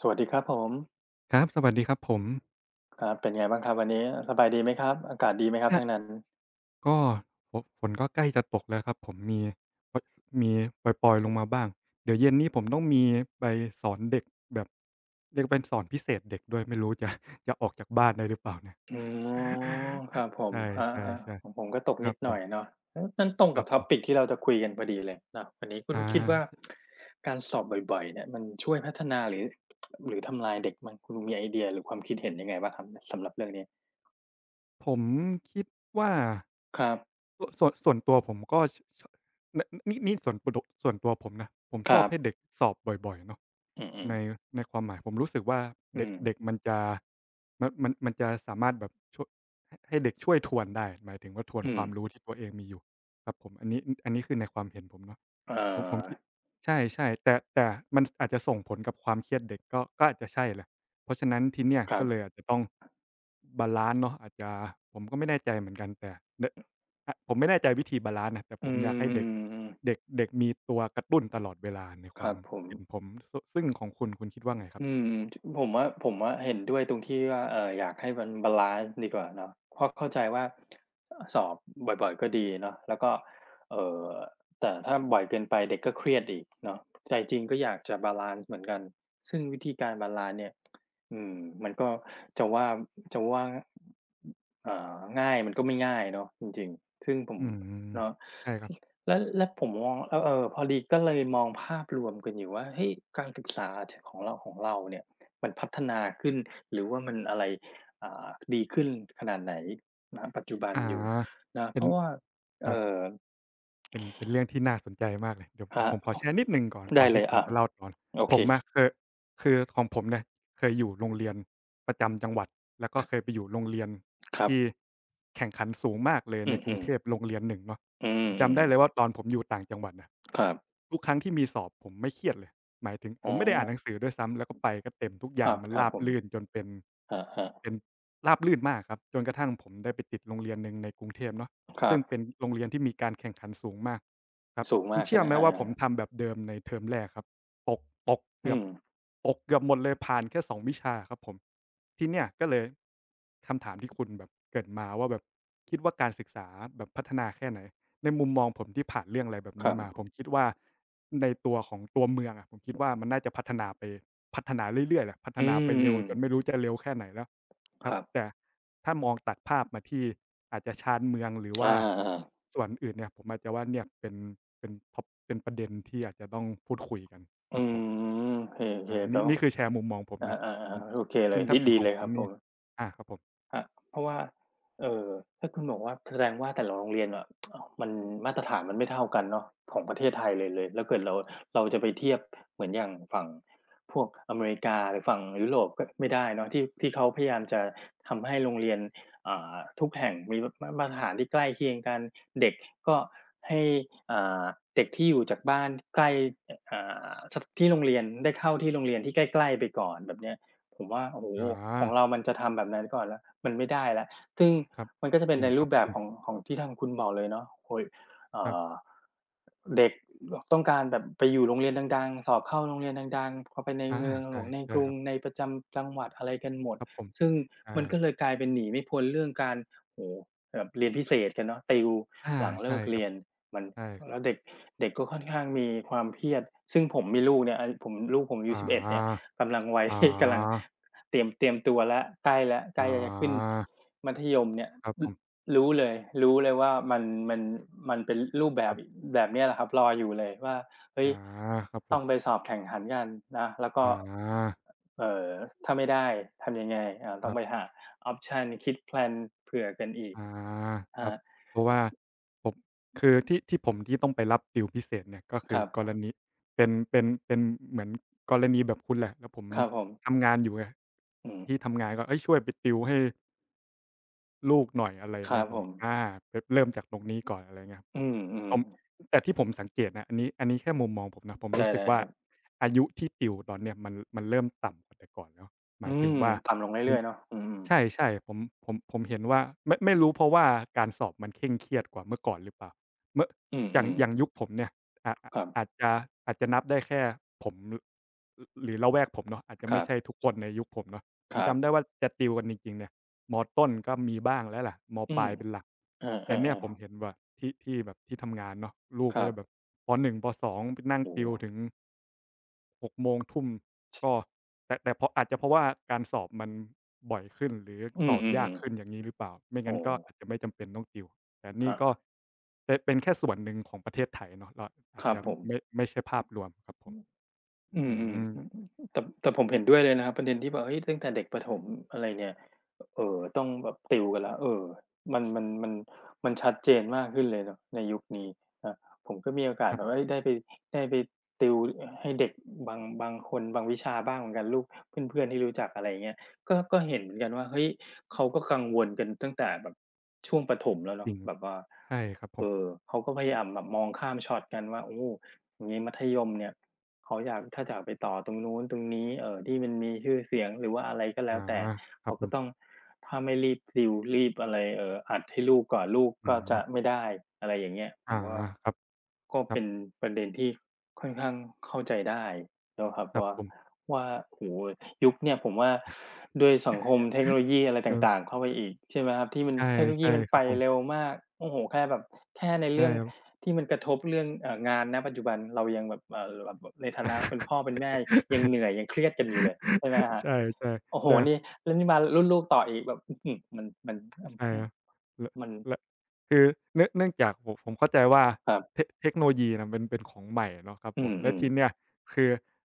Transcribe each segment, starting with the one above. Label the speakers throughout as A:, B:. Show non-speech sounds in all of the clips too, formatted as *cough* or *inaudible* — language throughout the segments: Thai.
A: สวัสดีครับผม
B: ครับสวัสดีครับผม
A: ครับเป็นไงบ้างครับวันนี้สบายดีไหมครับอากาศดีไหมครับ
B: ค่ะ
A: ทางนั้น
B: ก็ฝฝนก็ใกล้จะตกแล้วครับผมปมีปล่อยๆลงมาบ้างเดี๋ยวเย็นนี้ผมต้องมีไปสอนเด็กแบบเรียกเป็นสอนพิเศษเด็กด้วยไม่รู้จะ *laughs* จะออกจากบ้านได้หรือเปล่าเนี่ย
A: อ๋อครับผ
B: *laughs* ใช
A: มครับ
B: ่
A: ๆของผมก็
B: ๆ
A: ตก
B: ๆค
A: นิ
B: รับ
A: ดห
B: ผ
A: น่
B: ม
A: อยเนาะเอ๊ะนั่นตรง
B: ค
A: กั
B: รั
A: บ
B: บ
A: topic ที่เราจะคุยกันพอดีเลยเนาะวันนี้คุณ
B: อ
A: ก็คิดว่า
B: า
A: การสอบบ่อยๆเนี่ยมันช่วยพัฒนาหรือทำลายเด็กมั้งคุณมีไอเดียหรือความคิดเห็นยังไงบ้างครับสำหรับเรื่องนี้
B: ผมคิดว่า
A: ครับ
B: สวนส่วนส่วนตัวผมก็ชชนนี่นี่ส่วนปดส่วนตัวผมนะผม
A: ค
B: ชอ
A: รั
B: บให้
A: บ
B: เด็กสอบบ่อยๆเนาะ
A: อืม
B: ใน
A: ๆ
B: ในความหมายผมรู้สึกว่า
A: อื
B: เด็ก
A: ม
B: เด็กมันจะมันมันมันจะสามารถแบบช่วยให้เด็กช่วยทวนได้หมายถึงว่าทวน
A: อื
B: ค
A: ม
B: วามรู้ที่ตัวเองมีอยู่ครับผมอันนี้คือในความเห็นผมเนาะ
A: เอ่
B: ผมคิด
A: อ
B: ใช่ๆแต่มันอาจจะส่งผลกับความเครียดเด็กก็อาจจะใช่แหละเพราะฉะนั้นทีเนี้ย
A: ครั
B: ก็เลย
A: บ
B: อาจจะต้องบาลันซ์เนาะอาจจะผมก็ไม่แน่ใจเหมือนกันแต่ด อะผมไม่แน่ใจวิธีบาลันซ์นะแต่
A: อื
B: ผมอยากให้เด็ก
A: มๆๆ
B: เด็กเด็กมีตัวกระตุ้นตลอดเวลาในค
A: ค
B: วา
A: รั
B: ม
A: บผม
B: เห็นผมซึ่งของคุณคิดว่าไงครับ
A: อืมผมว่าเห็นด้วยตรงที่ว่าอยากให้มันบาลันซ์ดีกว่าเนาะเพราะเข้าใจว่าสอบบ่อยๆก็ดีเนาะแล้วก็เอ่อแต่ถ้าบ่อยเกินไปเด็กก็เครียดอีกเนาะใจจริงก็อยากจะบาลันซ์เหมือนกันซึ่งวิธีการบาลันซ์เนี่ยอืมมันก็จะว่าจะว่าเอ่อง่ายมันก็ไม่ง่ายเนาะจริงๆซึ่งผม
B: อืม
A: เนาะ
B: ใช่ครับ
A: แล้วผมมองแล้วเออพอดีก็เลยมองภาพรวมกันอยู่ว่าเฮ้ยการศึกษาชของเราเนี่ยมันพัฒนาขึ้นหรือว่ามันอะไรอ่าดีขึ้นขนาดไหนณปัจจุบัน
B: อา
A: อยู่นะเพ
B: เป็น
A: ราะว่า
B: ครับ
A: เอ่อ
B: เป็นเรื่องที่น่าสนใจมากเลยเดี๋ยว
A: ค
B: ผม
A: รับ
B: ผมขอ
A: พ
B: แชร์นิดหนึ่งก่อน
A: ได้
B: ก่อน
A: เล
B: ที่
A: ย
B: คุณ
A: อ่า
B: จะเล่าต่อ
A: โอ
B: ผ
A: เค
B: มอะเคยคือของผมเนี่ยเคยอยู่โรงเรียนประจำจังหวัดแล้วก็เคยไปอยู่โรงเรียน
A: ครับ
B: ที่แข่งขันสูงมากเลย
A: อื
B: ในกรุง
A: อ
B: เท
A: ๆ
B: พโรงเรียนหนึ่งเนาะ
A: อื
B: ผม
A: ม
B: จำได้เลย
A: ๆ
B: ว่าตอนผมอยู่ต่างจังหวัดน่ะ
A: ครับ
B: ทุกครั้งที่มีสอบผมไม่เครียดเลยหมายถึงผ
A: อ๋อ
B: มไม่ได้อ่านหนังสือด้วยซ้ำแล้วก็ไปก็เต็มทุกอ
A: ค
B: ย่า
A: รั
B: ง
A: บ
B: มัน
A: ครับ
B: ราบ
A: ผม
B: รื่นจนเป็น
A: ครับ
B: เป็นราบรื่นมากครับจนกระทั่งผมได้ไปติดโรงเรียนหนึ่งในกรุงเทพเนาะ
A: ๆครั
B: ซึ่ง
A: บ
B: เป็นโรงเรียนที่มีการแข่งขันสูงมากครับ
A: สูง
B: คุ
A: มา
B: ณ
A: กใช่
B: เชื่
A: ไห
B: อ
A: ม
B: ไหม
A: อา
B: ว่าผ
A: ๆ
B: มทำแบบเดิมในเทอมแรกครับตกตกเกื
A: อื
B: อบ
A: ม
B: ตกเกือบหมดเลยผ่านแค่สองวิชาครับผมทีเนี้ยก็เลยคำถามที่คุณแบบเกริ่นมาว่าแบบคิดว่าการศึกษาแบบพัฒนาแค่ไหนในมุมมองผมที่ผ่านเรื่องอะไรแบบ
A: ครั
B: นี้มา
A: บ
B: ผมคิดว่าในตัวของตัวเมืองอะผมคิดว่ามันน่าจะพัฒนาไปพัฒนาเรื่อยๆแหละพัฒ
A: อื
B: นาไปเร็
A: ม
B: วจนไม่รู้จะเร็วแค่ไหนแล้ว ค
A: ๆค
B: รับ
A: รับ
B: แต่ถ้ามองตัดภาพมาที่อาจจะชานเมืองหรือ
A: อา
B: ว่า
A: ๆ
B: ส่วนอื่นเนี่ยผมอาจจะว่าเนี่ยเป็นท็อปเป็นประเด็นที่อาจจะต้องพูดคุยกัน
A: อื
B: ครับผม
A: มโอเค
B: อ่า
A: ๆ
B: นี่
A: แล้ว
B: นี่คือแชร์มุมมองผม
A: อ
B: นะ
A: า
B: อืม
A: ๆๆโอเคเล
B: ซึ่
A: ย
B: งถ้า
A: ดี
B: เป็น
A: ดี
B: ของ
A: เลยค
B: คุณ
A: รับผ
B: นี่
A: ม
B: อาครับผม
A: ครับเพราะว่าเอ่อถ้าคุณบอกว่าแสดงว่าแต่ละโรงเรียนอะอ้าวมันมาตรฐานมันไม่เท่ากันเนาะของประเทศไทยเลยแล้วเกิดเราจะไปเทียบเหมือนอย่างฝั่งพวกอเมริกาหรือฝั่งยุโรปก็ไม่ได้เนาะที่เขาพยายามจะทำให้โรงเรียนอ่าทุกแห่งมีมาตรฐานที่ใกล้เคียงกันเด็กก็ให้อ่าเด็กที่อยู่จากบ้านใกล้ออ่าทที่โรงเรียนได้เข้าที่โรงเรียนที่ใกล้ๆไปก่อนแบบเนี้ย ผมว่าโอ้โฮ
B: อ๋อ
A: ของเรามันจะทำแบบนั้นก่อนแล้วมันไม่ได้แล้วซึ่ง
B: ครับ
A: มันก็จะเป็น
B: จริ
A: ใน
B: งค
A: รู
B: รั
A: ป
B: บ
A: แบ
B: จ
A: บ
B: ริ
A: ของ
B: ง
A: ของที่ทางคุณบอกเลยเนาะโอ้โฮเอ่
B: ครั
A: อ
B: บ
A: เด็กต้องการแบบไปอยู่โรงเรียนดังๆสอบเข้าโรงเรียนดังๆพอไปใน
B: อา
A: เมืองหล
B: ใช่
A: วงในก
B: ใช่
A: รุ
B: ค
A: ง
B: รับ
A: ในประจำจังหวัดอะไรกันหมด
B: ครับผม
A: ซึ่ง
B: ใช่
A: มันก็เลยกลายเป็นหนีไม่พ้นเรื่องการโอ้โฮแบบเรียนพิเศษกันเนาะติว
B: อา
A: หลังเลิ
B: ใช่
A: ก
B: ครั
A: เรี
B: บ
A: ยนมัน
B: ใช่ครั
A: แล้ว
B: บ
A: เด็กเด็กก็ค่อนข้างมีความเครียดซึ่งผมมีลูกเนี่ยไอ้ผมลูกผมอายุ
B: อ๋
A: สิบเอ็ดเนี่ย
B: อ
A: กำลังวัย
B: อ๋
A: ่ *laughs* กำลัง
B: อ
A: เตรียมตัวแล้วใกล้แล้วใก
B: อ๋
A: ล้
B: อ
A: จะขึ้นมัธยมเนี่ย
B: ครับ
A: ร
B: ผม
A: รู้เลยรู้เลยว่ามันมันมันเป็นรูปแบ
B: ค
A: บ
B: รับ
A: แบบเนี้ยแหละครับรออยู่เลยว่าเฮ้ย
B: อาครับผ
A: ต้องไป
B: ม
A: สอบแข่งขันกันนะแล้วก็
B: อาค
A: เอ่อถ้าไม่ได้ทำยังไงอ่าต้อง
B: รับ
A: ไปหาออปชันคิดแพลนเผื่อกันอีก
B: อาครับ
A: ฮะ
B: เพราะว่าผมคือที่ผมที่ต้องไปรับติวพิเศษเนี่ยก็
A: ค
B: คือ
A: รับ
B: กรณีเป็นเหมือนกรณีแบบคุณแหละแล้วผม
A: ครับผม
B: ทำงานอยู่ไง
A: อืม
B: ที่ทำงานก็เฮ้ยช่วยไปติวให้ลูกหน่อยอะไรอ
A: ค
B: ย่าง
A: รั
B: เงี้
A: บ
B: ยผ
A: ผ
B: ม
A: ม
B: ก็เริ่มจากตรงนี้ก่อนอะไรเงี้ยผ
A: อื
B: ม
A: มอืม
B: ผมแต่ที่ผมสังเกตนะอันนี้แค่มุมมองผมนะผมรู้สึก
A: ได้ๆค
B: ว่า
A: รับ
B: อายุที่ติวตอนเนี้ยมันเริ่มต่ำกว่าแต่ก่อนแล้วห
A: อื
B: มายถึง
A: ม
B: ว่า
A: ต่ำลง
B: ผ
A: เรื่
B: ม
A: อยๆเนาะอืมอืม
B: ใช่ใช่ผมเห็นว่าไม่รู้เพราะว่าการสอบมันเคร่งเครียดกว่าเมื่อก่อนหรือเปล่าเมื่อ
A: อืม
B: อ
A: อื
B: ย่าง
A: ม
B: อย่างยุคผมเนี่ยอาอา
A: ครั
B: อาจ
A: บ
B: จะอาจจะนับได้แค่ผมหรือละแวกผมเนาะอาจจะ
A: ค
B: ไม่
A: รับ
B: ใช่ทุกคนในยุคผมเนาะผ
A: ค
B: ม
A: รับ
B: จำได้ว่าจะติวกันจริงๆเนี่ยมต้นก็มีบ้างแล้วแหละม
A: อื
B: ป
A: ม
B: ลายเป็นหลัก
A: อา
B: แต่เนี่ยผมเห็น
A: ๆ
B: ว่าที่แบบที่ทำงานเนาะลู
A: ๆ
B: ก
A: ค
B: ก็
A: รับ
B: จะแบบปป.1ป.2ไปนั่ง
A: โอ้
B: ติว
A: โฮ
B: ถึง หกโมงทุ่มก็แต่เพราะอาจจะเพราะว่าการสอบมันบ่อยขึ้นหรือ
A: อื
B: สอบยาก
A: มๆ
B: ขึ้นอ
A: ๆ
B: ย่างงี้หรือเปล่าไม่งั้
A: โอ้
B: นก็
A: โฮ
B: อาจจะไม่จำเป็นต้องติวแต่
A: ค
B: นี่
A: รั
B: ก็
A: บ
B: เป็นแค่ส่วนหนึ่งของประเทศไทยเนาะเราอา
A: ค
B: จ
A: รับ
B: จะ
A: ผม
B: ไม่ใช่ภาพรวมครับผม
A: อื
B: อื
A: ม
B: ม
A: ๆแต่แต่ผมเห็นด้วยเลยนะครับประเด็นที่แบบเฮ้ยตั้งแต่เด็กประถมอะไรเนี่ยต้องแบบติวกันแล้วเออมันมันชัดเจนมากขึ้นเลยเนาะในยุคนี้ครับผมก็มีโอกาส
B: ครั
A: แบบว่า
B: บ
A: เฮ้ยได้ไปติวอให้เด็กบางคนบางวิชาบ้างเหมือนกันลูกเพื่อนๆที่รู้จักอะไรอย่างเงี้ยก็เห็นเหมือนกันว่าเฮ้ยเขาก็กังวลกันตั้งแต่แบบช่วงประถมแล้ว
B: จ
A: เนาะ
B: ริง
A: แบบว่า
B: ใช่ครับผ
A: เอ
B: ม
A: อเขาก็พยายามแบบมองข้ามช็อตกันว่าโอ้อย่างงี้มัธยมเนี่ย เขาอยากถ้าอยากไปต่อตรงนู้นตรงนี้ที่มันมีชื่อเสียงหรือว่าอะไรก็แล้ว
B: อา
A: แต่
B: ครั
A: เขา
B: บผ
A: ก็ต้อง
B: ม
A: ถ้าไม่รีบติวรีบอะไรอัดให้ลูกก่อนลูก
B: อื
A: ก็จะ
B: ม
A: ไม่ได้อะไรอย่างเงี้ย
B: อาครับ
A: ก็
B: ครั
A: เป็น
B: บ
A: ประเด็นที่ค่อนข้างเข้าใจได้แล้วครับ
B: ครับ
A: ว่า
B: ผม
A: ว่าโอ้โฮยุคเนี่ยผมว่าด้วยสังคมเทคโนโลยีอะไร
B: เอ
A: ต่า
B: อ
A: งๆเข้าไปอีกใช่ไหมครับที่มัน
B: ใช่
A: เทคโนโลยี
B: ใช่
A: มัน
B: ค
A: ไป
B: รับผ
A: เร็ว
B: ม
A: มากโอ้โฮแค่แบบแค่ใน
B: ใช่
A: เรื่อง
B: ครับ
A: ที่มันกระทบเรื่องงานณปัจจุบันเรายังแบบแบบในฐานะเป็นพ่อเป็นแม่ยังเหนื่อย
B: *laughs*
A: ยังเครียดกันอยู่เลยใช่ไหมครับ
B: ใช่ๆใ
A: โอ้โฮ
B: ช่
A: นี่แล้วนี่มารุ่นลูกต่ออีกแบบอื้อฮือมัน
B: ใช่ครับและ
A: มัน
B: และคือเนื่องจากผมเข้าใจว่า
A: ครับ
B: เทคโนโลยีน่ะเป็นของใหม่เนาะครับ
A: อื
B: ผมแล้ว
A: ม
B: ทีเนี้
A: ๆ
B: ยคือ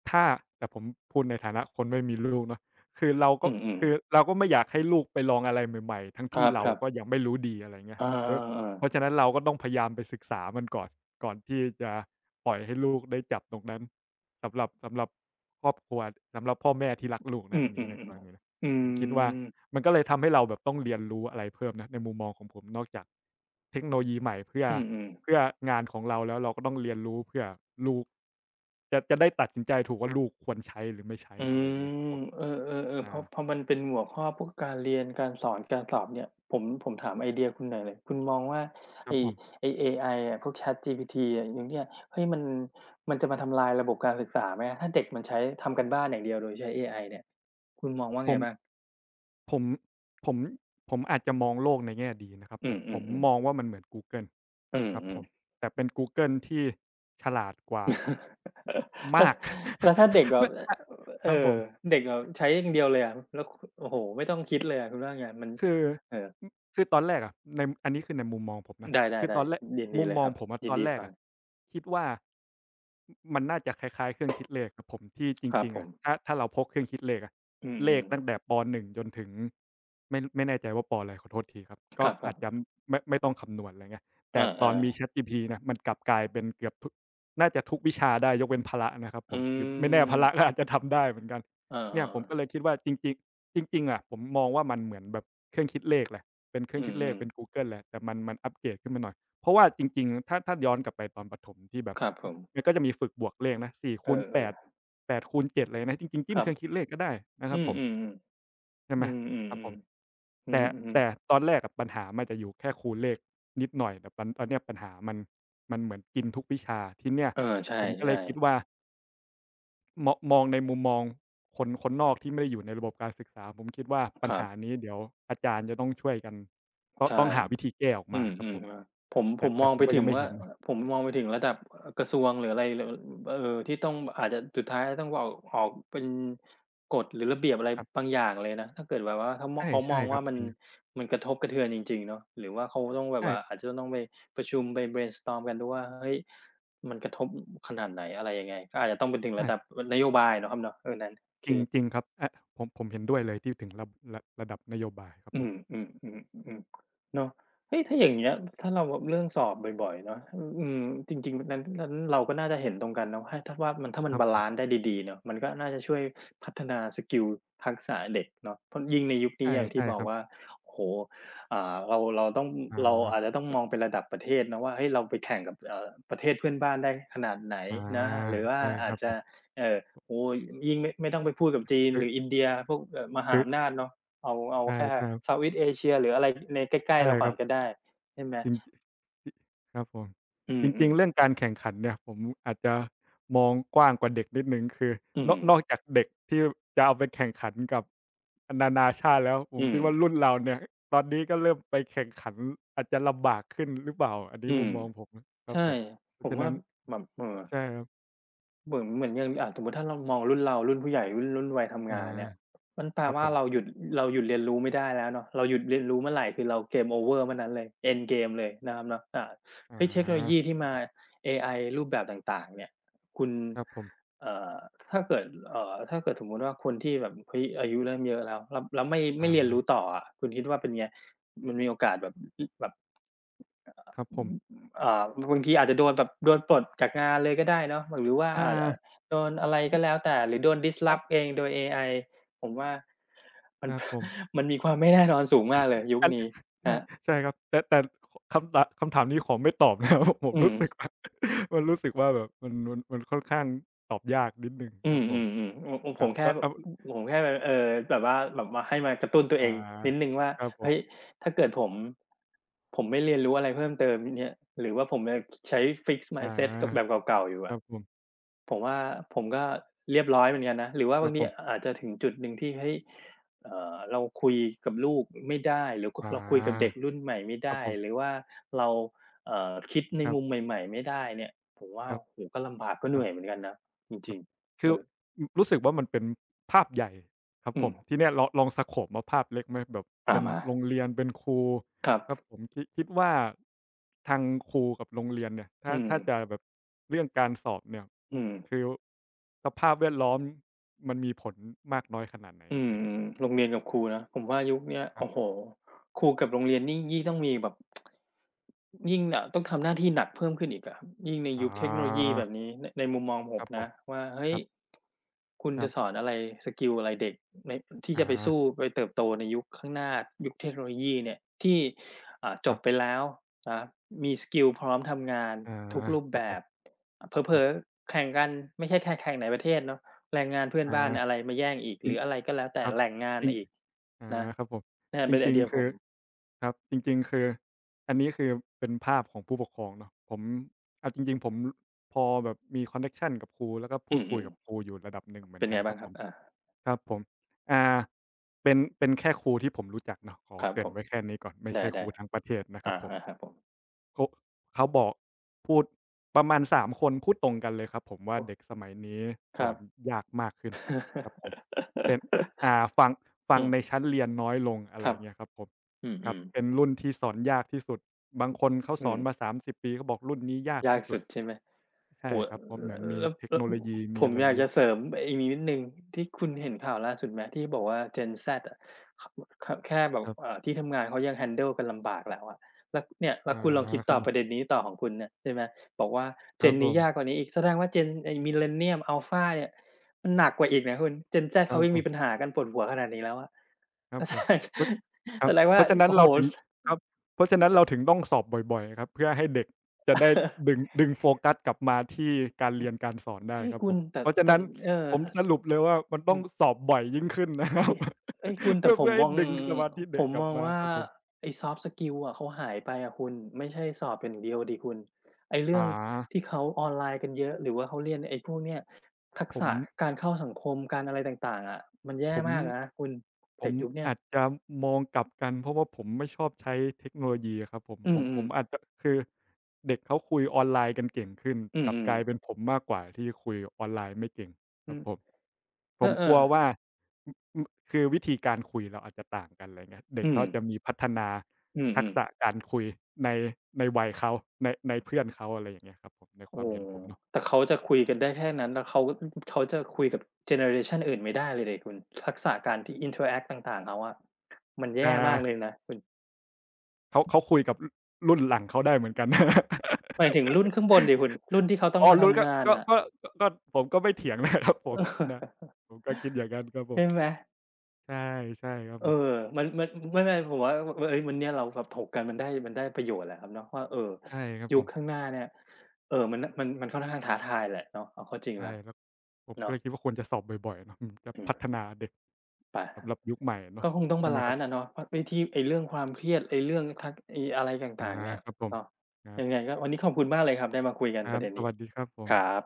B: ถ้าแต่ผมพูดในฐานะคนไม่มีลูกเนาะคือเรา
A: อื
B: ก็
A: ม
B: คือเราก็ไม่อยากให้ลูกไปลองอะไรใหม่ๆทั้ง
A: ๆค
B: ที่เรา
A: รับ
B: ก็
A: ๆ
B: ยังไม่รู้ดีอะไรเงี้
A: เอ
B: ย
A: อ
B: ด้วยขเพราะ
A: ๆ
B: ฉะนั้นเราก็ต้องพยายามไปศึกษามันก่อนก่อนที่จะปล่อยให้ลูกได้จับตรงนั้นสำหรับครอบครัวสำหรับพ่อแม่ที่รักลูก
A: อื
B: นะ
A: ม
B: อัน
A: อื
B: นี้
A: ม
B: ในกรณีนะ
A: อื
B: ผมคิดว่า
A: ม
B: มันก็เลยทำให้เราแบบต้องเรียนรู้อะไรเพิ่มนะในมุมมองของผมนอกจากเทคโนโลยีใหม่เพื่อ
A: อืมอืม
B: เพื่องานของเราแล้วเราก็ต้องเรียนรู้เพื่อลูกจะได้ตัดสินใจถูกว่าลูกควรใช้หรือไม่ใช้
A: อื
B: อะไรอย่างเงี้ยครับ
A: ม
B: ผม
A: อืเออๆๆพ
B: อา
A: อพอมันเป็นหัวข้อพวกการเรียนการสอนการสอบเนี่ยผมถามไอเดียคุณหน่อยเลยคุณมองว่า
B: ครั
A: ไอ้
B: บผม
A: ไอ้เอไออะพวก ChatGPT อะอย่างเงี้ยเฮ้ยมันจะมาทำลายระบบการศึกษาไหมถ้าเด็กมันใช้ทำการบ้านอย่างเดียวโดยใช้เอไอเนี่ยคุณมองว่า
B: ผ
A: ไงบ้าง
B: มผมผมผมอาจจะมองโลกในแง่ดีนะครับ
A: อื
B: ผมผ
A: ม
B: ม
A: ๆ
B: มอ
A: ๆ
B: งว่ามันเหมือนกูเกิล
A: อื
B: ครับผ
A: ม
B: ม
A: ๆ
B: แต่เป็นกูเกิลที่ฉลาดกว่า
A: *laughs* แล้ว
B: มาก
A: แล้วถ้าเด็กแบ
B: *laughs*
A: บ
B: ไม่อะค
A: เอ
B: รับผ
A: อ
B: ม
A: เด็กแบบใช้อย่างเดียวเลยอะแล้วโอ้โฮไม่ต้องคิดเลยอะคุณว่าไงมัน
B: คือ
A: เออ
B: อคือตอนแรกอะในอันนี้คือในมุมมองผมนะ
A: ได
B: คือต
A: ้
B: อนแร
A: ๆ
B: ก
A: ๆยินดี
B: มุม
A: เลย
B: ม
A: ค
B: อง
A: รับ
B: ผมอะ
A: ยิ
B: ต
A: น
B: อน
A: ดี
B: แรก
A: ฟัง
B: อะคิดว่ามันน่าจะคล้ายๆเครื่องคิดเลขครับผมที่จ
A: ครับ
B: ริง
A: ผ
B: ๆอะ
A: ม
B: ถ้าเราพกเครื่องคิดเลขอะ
A: อื
B: เลข
A: ม
B: ตั้งแต่ป1จนถึงไม่แน่ใจว่าปอะไรขอโทษทีครับ
A: ๆค
B: ก็
A: รั
B: อา
A: บ
B: จจะไม่ต้องคำนวณอะไรเงี้ย
A: ๆอ
B: แต่
A: า
B: ตอนมี ChatGPT นะมันกลับกลายเป็นเกือบทุกน่าจะทุกวิชาได้ยกเว้นพละนะครับ
A: ๆ
B: ผ
A: อื
B: มหรือไม่แน่
A: ม
B: พละก็อาจจะทำได้เหมือนกัน
A: อา
B: เนี่ยผม
A: ๆ
B: ก็เล
A: ๆ
B: ยคิดว่าจริงๆ จริงๆอะผมมองว่ามันเหมือนแบบเครื่องคิดเลขแหละเป็นเครื่
A: อื
B: องคิดเลข
A: ม
B: เป็นกู
A: ๆ
B: เกิลแหละแต่มันมันอัปเกรดขึ้นมาหน่อยเพราะว่าจริงๆถ้าย้อนกลับไปตอนประถมที่แบบ
A: ครับผม
B: มันก็จะมีฝึกบวกเลขนะสี่
A: เอ
B: คูณ
A: อ
B: 8ดแปดคูณ7อะไรนะจริงๆ
A: ๆค
B: จิ้ม
A: รั
B: เค
A: บ
B: รื่องคิดเลขก็ได้นะค
A: อื
B: รับ
A: ม
B: ผ
A: ๆ
B: มใช่
A: ๆอื
B: ไหม
A: ม
B: ครับผม
A: ๆๆอื
B: แต่
A: อๆ
B: แต่ตอนแรกอะปัญหามันจะอยู่แค่คูณเลขนิดหน่อยแต่ปันตอนเนี้ยปัญหามันมันเหมือนกินทุกวิชาทีเนี้ย
A: เออ
B: ผมก็เล
A: ใช่
B: ยคิดว่า
A: ๆ
B: มองในมุมมองคนนอกที่ไม่ได้อยู่ในระบบการศึกษาผมคิดว่าปั
A: ค
B: ญ
A: รับ
B: หานี้เดี๋ยวอาจารย์จะต้องช่วยกันต้องต้
A: ใช่
B: องหาวิธีแก้ออก
A: อื
B: มา
A: ม
B: ครั
A: อื
B: บ
A: ม
B: ผม
A: อาผมผ
B: แต่
A: มม
B: แต่
A: อง
B: ผม
A: ไป
B: ก็
A: ถึ
B: ยั
A: ง
B: งไม่
A: ว่า
B: เห็นะ
A: ผมมองไปถึงระดับกระทรวงหรืออะไรหรือเอ่อที่ต้องอาจจะสุดท้ายต้องออกเป็นกฎหรือระเบียบอะไร
B: ครั
A: บา
B: บ
A: งอย่างเลยนะถ้าเกิดแบบว่า
B: ใช่
A: เขาม
B: ใช่
A: อง
B: ครั
A: ว่า
B: บ
A: มั
B: จ
A: น
B: ริง
A: กระทบกระเทือนจริงๆเนาะหรือว่าเขาต้องแบบว่าอา
B: ใช่
A: จจะต้องไปประชุมไป brainstorm กันดูว่าเฮ้ยมันกระทบขนาดไหนอะไรยังไงก็อาจจะต้องไปถึงระ
B: อา
A: ดับนโยบายเนาะครับเนาะเออนั้นโอ
B: จ
A: เค
B: ริงจริงครับอาผมเห็นด้วยเลยที่ถึงระดับนโยบายครับ
A: อื
B: ผม
A: มอืมอมอืมเนาะเฮ้ยถ้าอย่างเงี้ยถ้าเราแบบเรื่องสอบบ่อยๆเนาะอืมอืมจริงๆนั้นเราก็น่าจะเห็นตรงกันเนาะให้ถ้ามั
B: ค
A: น
B: รับ
A: บา
B: ผ
A: ลันซ์ได้
B: ม
A: ดีๆเนาะมันก็น่าจะช่วยพัฒนาสกิลทักษะเด็กเนาะเพราะยิ่งในยุคนี้
B: ใช่
A: อย่างที่
B: ใช่
A: บอ
B: ค
A: ก
B: รั
A: ว่า
B: บ
A: โอ้โฮอ่าเราต้อง
B: อา
A: เราอาจจะต้องมองเป็นระดับประเทศนะว่าเฮ้ยเราไปแข่งกับประเทศเพื่อนบ้านได้ขนาดไหน
B: อา
A: นะหรือว่า
B: ใช่ค
A: อาจ
B: รับผ
A: จะ
B: ม
A: เอ่อโอ้โฮยิ่งไม่ต้องไปพูดกับจีน
B: คื
A: ห
B: อ
A: รืออินเดียพวกมหา
B: คือ
A: อำนาจเนาะ เอา
B: ใช
A: แค่
B: ่
A: เซาท์
B: ๆ
A: อีสต์เอเชียหรืออะไรในใกล้
B: ใช่
A: ๆเราก่
B: ค
A: อ
B: รั
A: น
B: บ
A: ก็ได้ใช่ไหม
B: จริงจครับผม
A: อื
B: จริ
A: ม
B: งๆเรื่อง
A: ๆ
B: การแข่งขันเนี่ยผมอาจจะมองกว้างกว่าเด็กนิดหนึ่งคือ
A: อื
B: น
A: ม
B: อกนอกจากเด็กที่จะเอาไปแข่งขันกับนานาชาติแล้วผ
A: อื
B: ม
A: ม
B: คิดว่ารุ่นเราเนี่ยตอนนี้ก็เริ่มไปแข่งขันอาจจะลำบากขึ้นหรือเปล่าอัน
A: อื
B: นี้มุ
A: ม
B: มมองผมนะครับ
A: ใช่
B: ผมเพ
A: ผ
B: ราะ
A: ม
B: ฉะ
A: ว่า
B: นั้น
A: แบบ
B: ใช่ครับ
A: เหมือนอย่างอ่าสมมุติถ้าเรามองรุ่นเรารุ่นผู้ใหญ่รุ่นวัยทำ
B: อา
A: งานเนี่ยมันแปล
B: ครับผ
A: ว่าเราห
B: ม
A: ยุดเราหยุดเรียนรู้ไม่ได้แล้วเนาะเราหยุดเรียนรู้เมื่อไรคือเรา Game over เมื่อนั้นเลย End game เลยนะครับเนาะอ่า
B: อ
A: เฮ้ยเทคโนโล
B: า
A: ยีที่มาเอไอรูปแบบต่างๆเนี่ยคุณ
B: ครับผม
A: เอ่อถ้าเกิดถ้าเกิดสมมุติว่าคนที่แบบเฮ้ยอายุเริ่มเยอะแล้วไม่
B: อา
A: เรียนรู้ต่ออะคุณคิดว่าเป็นไงมันมีโอกาสแบบแบบ อ
B: ครับ
A: ื
B: ผม
A: มอ่าบางทีอาจจะโดนแบบโดนปลดจากงานเลยก็ได้เนาะหรือว่า
B: อา
A: อาจจะโดนอะไร
B: อั
A: ก็แล้
B: น
A: วแต่หรือโดน
B: อั
A: disrupt เอ
B: น
A: งโดยเอไอผมว่ามั
B: ค
A: น
B: รับผม
A: *laughs* มันมีความไม่แน่นอนสูงมากเลยยุค
B: อัน
A: นี้
B: *laughs*
A: ค
B: ใช่
A: รับ
B: ใช่ครับแต่ขคำตะคำถามนี้ขอไม่ตอบนะครับ *laughs* ผม
A: อืม
B: รู้สึกว่า *laughs* มันรู้สึกว่าแบบมันค่อนข้างตอบยากนิดหนึ่ง
A: อื
B: ครับผม
A: มๆๆโอ้โอ้
B: ค
A: ผ
B: รั
A: ม
B: บ
A: แค่
B: แล้ว
A: แบบ
B: แล้ว
A: ผมแค่แบบแบบว่าให้มากระตุ้นตัวเอ
B: อ่า
A: งนิดหนึ่งว่า
B: ครับผ
A: เฮ้ย
B: ม
A: ถ้าเกิดผมไม่เรียนรู้อะไรเพิ่มเติมเนี่ยหรือว่าผมยังใช้ fixed
B: อา
A: mindset กับแบบเก่าๆอยู่
B: ค
A: อะ
B: รับผม
A: ผมว่าผมก็เรียบร้อยเหมือนกันนะหรือว่า
B: ค
A: บา
B: รั
A: ง
B: บ
A: ที
B: ผม
A: อาจจะถึงจุดหนึ่งที่เฮ้ยเราคุยกับลูกไม่ได้หรือ
B: อ
A: เราคุยกับเด็ก
B: า
A: รุ่นใหม่ไม่
B: ครับ
A: ได้
B: ผ
A: หรือ
B: ม
A: ว่าเราคิดใน
B: ครั
A: มุม
B: บ
A: ใหม่ๆไม่ได้เนี่ยผมว่า
B: ครับ
A: โอ้โฮก็ลำบากก็
B: ค
A: เห
B: รั
A: นื่อยเหมื
B: บ
A: อนกันนะจ
B: ค
A: ริ
B: รับ
A: งๆ
B: คื
A: เอ
B: อ
A: อ
B: รู้สึกว่ามันเป็นภาพใหญ่ครับ
A: อื
B: ผ
A: ม
B: มทีเนี้ยลองสโกปว่าภาพเล็กไหมแบบ
A: อา
B: เป็น
A: มา
B: โรงเรียนเป็นครู
A: ครับ
B: ครับผมคิดว่าทางครูกับโรงเรียนเนี่ยถ้า
A: อืม
B: ถ้าจะแบบเรื่องการสอบเนี่ย
A: อืม
B: คือสภาพแวดล้อมมันมีผลมากน้อยขนาดไหน
A: อื
B: กับ
A: ม
B: เด็ก
A: โรงเรียนกับครูนะผมว่ายุคเนี้ย
B: ครับ
A: โอ้โฮครูกับโรงเรียนนี่ยิ่งต้องมีแบบยิ่งอะต้องทำหน้าที่หนักเพิ่มขึ้นอีกอะครับยิ่งใน
B: อ๋อ
A: ยุคเทคโนโลยีแบบนี้ในมุมมองผ
B: ค
A: ม
B: รับผ
A: นะ
B: ม
A: ว่าเฮ้
B: ค
A: ย
B: รั
A: คุณ
B: บ
A: จะ
B: ๆ
A: สอนอะไรสกิลอะไรเด็กในที่จะไป
B: อา
A: สู้ไปเติบโตในยุคข้างหน้ายุคเทคโนโลยีเนี่ยที่อ่าจ
B: ครั
A: บไป
B: บ
A: แล้วนะมีสกิลพร้อมทำงาน
B: อา
A: ทุกรูป
B: ครั
A: แบ
B: บผม
A: บเผ
B: ค
A: ล
B: รั
A: อ
B: บ
A: ๆแข่งกันไม่ใช่แค่แข่งในประเทศเนาะ แรงงานเพื่อนบ้าน
B: อา
A: อะไรมาแย่งอีก
B: จ
A: ห
B: ริ
A: รื
B: ง
A: ออะไรก็แล้วแต่
B: ครับ
A: แหล่งงาน
B: จริง
A: อีก
B: อา
A: นะ
B: ครับผม
A: เนี่ย
B: จ
A: เป็นไอ
B: ริง
A: เดีย
B: ๆ
A: ผ
B: คือ
A: ม
B: ครับจริงๆคืออันนี้คือเป็นภาพของผู้ปกครองเนาะผมเอาจริงๆผมพอแบบมีคอนเน็กชันกับครูแล้วก็พู
A: อื
B: ดคุย
A: ม
B: กับครูอยู่ระดับหนึ่งเห
A: ๆ
B: มือ
A: เป็
B: น
A: น
B: กั
A: ไง
B: นค
A: บ้า
B: รั
A: ง
B: บ
A: ค
B: ผ
A: รับ
B: ม
A: อา
B: ครับผมอ่าเป็นแค่ครูที่ผมรู้จักเนาะขอ
A: ครับ
B: เก
A: ผ
B: ริ่น
A: ม
B: ไว้แค่นี้ก่อนไม่
A: ได
B: ใช่ค
A: ้
B: รูทั้งประเทศนะ
A: ๆ
B: ค
A: อา
B: รับผม
A: ๆครับผม
B: เขาบอกพูดประมาณสามคนพูดตรงกันเลยครับผมว่าเด็ก
A: โอ้
B: สมัยนี้
A: ค
B: ส
A: รั
B: อ
A: บ
B: นยากมากขึ้นครับผมเป็นอ่าฟัง
A: *laughs*
B: ฟั
A: อื
B: ง
A: ม
B: ในชั้นเรียนน้อยลงอะ
A: ค
B: ไร
A: รับ
B: เงี้ยครับผม
A: อื
B: ครับ
A: ม
B: เป็นรุ่นที่สอนยากที่สุดบางคนเขา
A: ๆ
B: ส
A: อื
B: อ
A: ม
B: นมา30ปีเขาบอกรุ่นนี้ยาก
A: ยาก
B: ที่สุ
A: สุ
B: ด
A: ดใช่ไหม โอ้โฮ
B: ใช่ครับเพราะเหมือนมี
A: แล้ว
B: เทค
A: แล้ว
B: โนโลยี
A: ผ
B: มี
A: ม
B: อะไร
A: อยาก
B: เย
A: จะ
B: อะ
A: เสริมอีกนิดหนึ่งที่คุณเห็นข่าวล่าสุดไหมที่บอกว่า Gen Z อะขแค่แบบ
B: ครับ
A: ที่ทำงานเขายัง handle กันลำบากแล้วอะแล้วเนี่ยแล้
B: อา
A: วคุณลองคิด
B: ค
A: ต่
B: รับ
A: อ
B: ผ
A: ประเด็น
B: ม
A: นี้ต่อของคุณเนี่ยใช่ไหมบอกว่า
B: ครับ
A: Gen
B: ผ
A: นี้
B: ม
A: ยากกว่านี้อีกแสดงว่า Gen ไอ้ Millennium Alpha เนี่ยมันหนักกว่าอีกนะคุณ Gen Z
B: ครั
A: เขา
B: บ
A: ยัง
B: ผ
A: มีปัญ
B: ม
A: หากันปวดหัวขนาดนี้แล้วอะ
B: ครับ
A: *laughs* แส
B: ผม
A: ดง
B: เพราะครั
A: แส
B: บ
A: ดง
B: เพ
A: ว่า
B: ราะฉะนั้น
A: โอ้โฮ
B: เรา
A: อื
B: ถึ
A: ม
B: ง
A: *laughs*
B: ครับเพราะฉะนั้นเราถึงต้องสอบบ่อยๆครับเพื่อให้เด็กจะได้ดึงโฟกัสกลับมาที่การเรียนการสอนได้
A: เฮ้ย
B: ครับ
A: คุ
B: ผ
A: ณ
B: ม
A: แต่
B: เพราะฉะ
A: แต่
B: นั้น
A: เออ
B: ผมสรุปเลยว่ามันต้องสอบบ่อยยิ่งขึ้นนะครั
A: เฮ้
B: บ
A: ยเฮ้ยคุณ
B: *laughs*
A: แต่
B: เพื่อ
A: ผม
B: เพื่อ
A: ม
B: ให้
A: อง
B: ดึงสมาธิ
A: ผ
B: เด็ก
A: ม
B: กลั
A: ม
B: บ
A: อง
B: มา
A: ว่า
B: ครับผม
A: ไอ้ซอฟต์สกิลอะเขาหายไปอะคุณไม่ใช่สอบอย่างเดียวดิคุณไอ้เรื่
B: อา
A: องที่เขาออนไลน์กันเยอะหรือว่าเขาเรียนไอ้พวกเนี้ยทัก
B: ผม
A: ษะการเข้าสังคมการอะไรต่างๆอะมันแย่
B: ผม
A: มากนะคุณ
B: ผ
A: เด็ก
B: ม
A: ยุคเนี้ย
B: อาจจะมองกลับกันเพราะว่าผมไม่ชอบใช้เทคโนโลยีอะครับผม
A: อื
B: ผมผ
A: ม
B: ม
A: ๆ
B: อาจจะคือเด็กเขาคุยออนไลน์กันเก่งขึ้น
A: อื
B: กลับ
A: ม
B: กลาย
A: ๆ
B: เป็นผมมากกว่าที่คุยออนไลน์ไม่เก่งค
A: อื
B: รับ
A: ม
B: ผมผ
A: เอ
B: มก
A: อ
B: ลัว
A: ๆ
B: ว่าอคือวิธีการคุยเราอาจจะต่างกันอะไรเงี้ยเด็ก
A: อืม
B: เขาจะมีพัฒนาทั
A: อื
B: ก
A: ม
B: ษะ
A: ๆ
B: การคุยในในวัยเขาในเพื่อนเขาอะไรอย่างเงี้ยครับผมในค
A: โอ้
B: วา
A: โ
B: มเห็นผมเนาะ
A: แต่เขาจะคุยกันได้แค่นั้นแล้วเขาเขาจะคุยกับเจเนอเรชันอื่นไม่ได้เลยดิคุณทักษะการที่ interact ต่างๆเขาอะมันแย่
B: อ่า
A: มากเลยนะคุณ
B: เขาคุยกับรุ่นหลังเขาได้เหมือนกัน *laughs*
A: หมายถึงรุ่นข้างบนดิคุณรุ่นที่เขาต้อง
B: อ๋อ
A: มา
B: รู้
A: ทำ
B: ก็
A: งาน
B: ก็
A: อะ
B: ก็
A: *laughs*
B: ก็ผมก็ไม่เถียง *laughs* นะครับผ
A: เอ
B: มนะ
A: อ
B: ผมก็คิดอย่างนั้นครับผม
A: ใช่ไหม
B: ใช่ใช่ครับ
A: เอ
B: ผ
A: อ
B: ม
A: มันไม่ผมว่าเฮ้ยวันเนี้ยเราแบบถกกันมันมันได้ประโยชน์แหละครับเนาะว่า
B: ใช่ครับ
A: ยุ
B: ผ
A: ค
B: ม
A: ข้างหน้าเนี่ยมันค่อนข้างท้าทายแหละเนาะเอาเข้าจริง
B: ใช่
A: แล้ว
B: แล้วผมก็
A: เนาะ
B: เลยคิดว่าควรจะสอบบ่อยๆเนาะมันจะ
A: อื
B: พัฒ
A: ม
B: นาเด็ก
A: ไป
B: สำหรับยุคใหม่อะเนาะ
A: ก็คงต้อง
B: ใช่
A: บา
B: ไหม
A: ลั
B: ครับ
A: นซ์อะเนาะเพราะไอ้ที่ไอ้เรื่องความเครียดไอ้เรื่องทักไอ้อะไรต
B: อา
A: ่างๆเนี่ย
B: ครับผม
A: เนาะ
B: ครั
A: ยังไง
B: บ
A: ก็วันนี้ขอบคุณมากเลยครับได้มาคุยกั
B: ค
A: นป
B: รั
A: ระ
B: บ
A: เด็น
B: ส
A: นี้
B: วัสดีครับผม
A: ครับ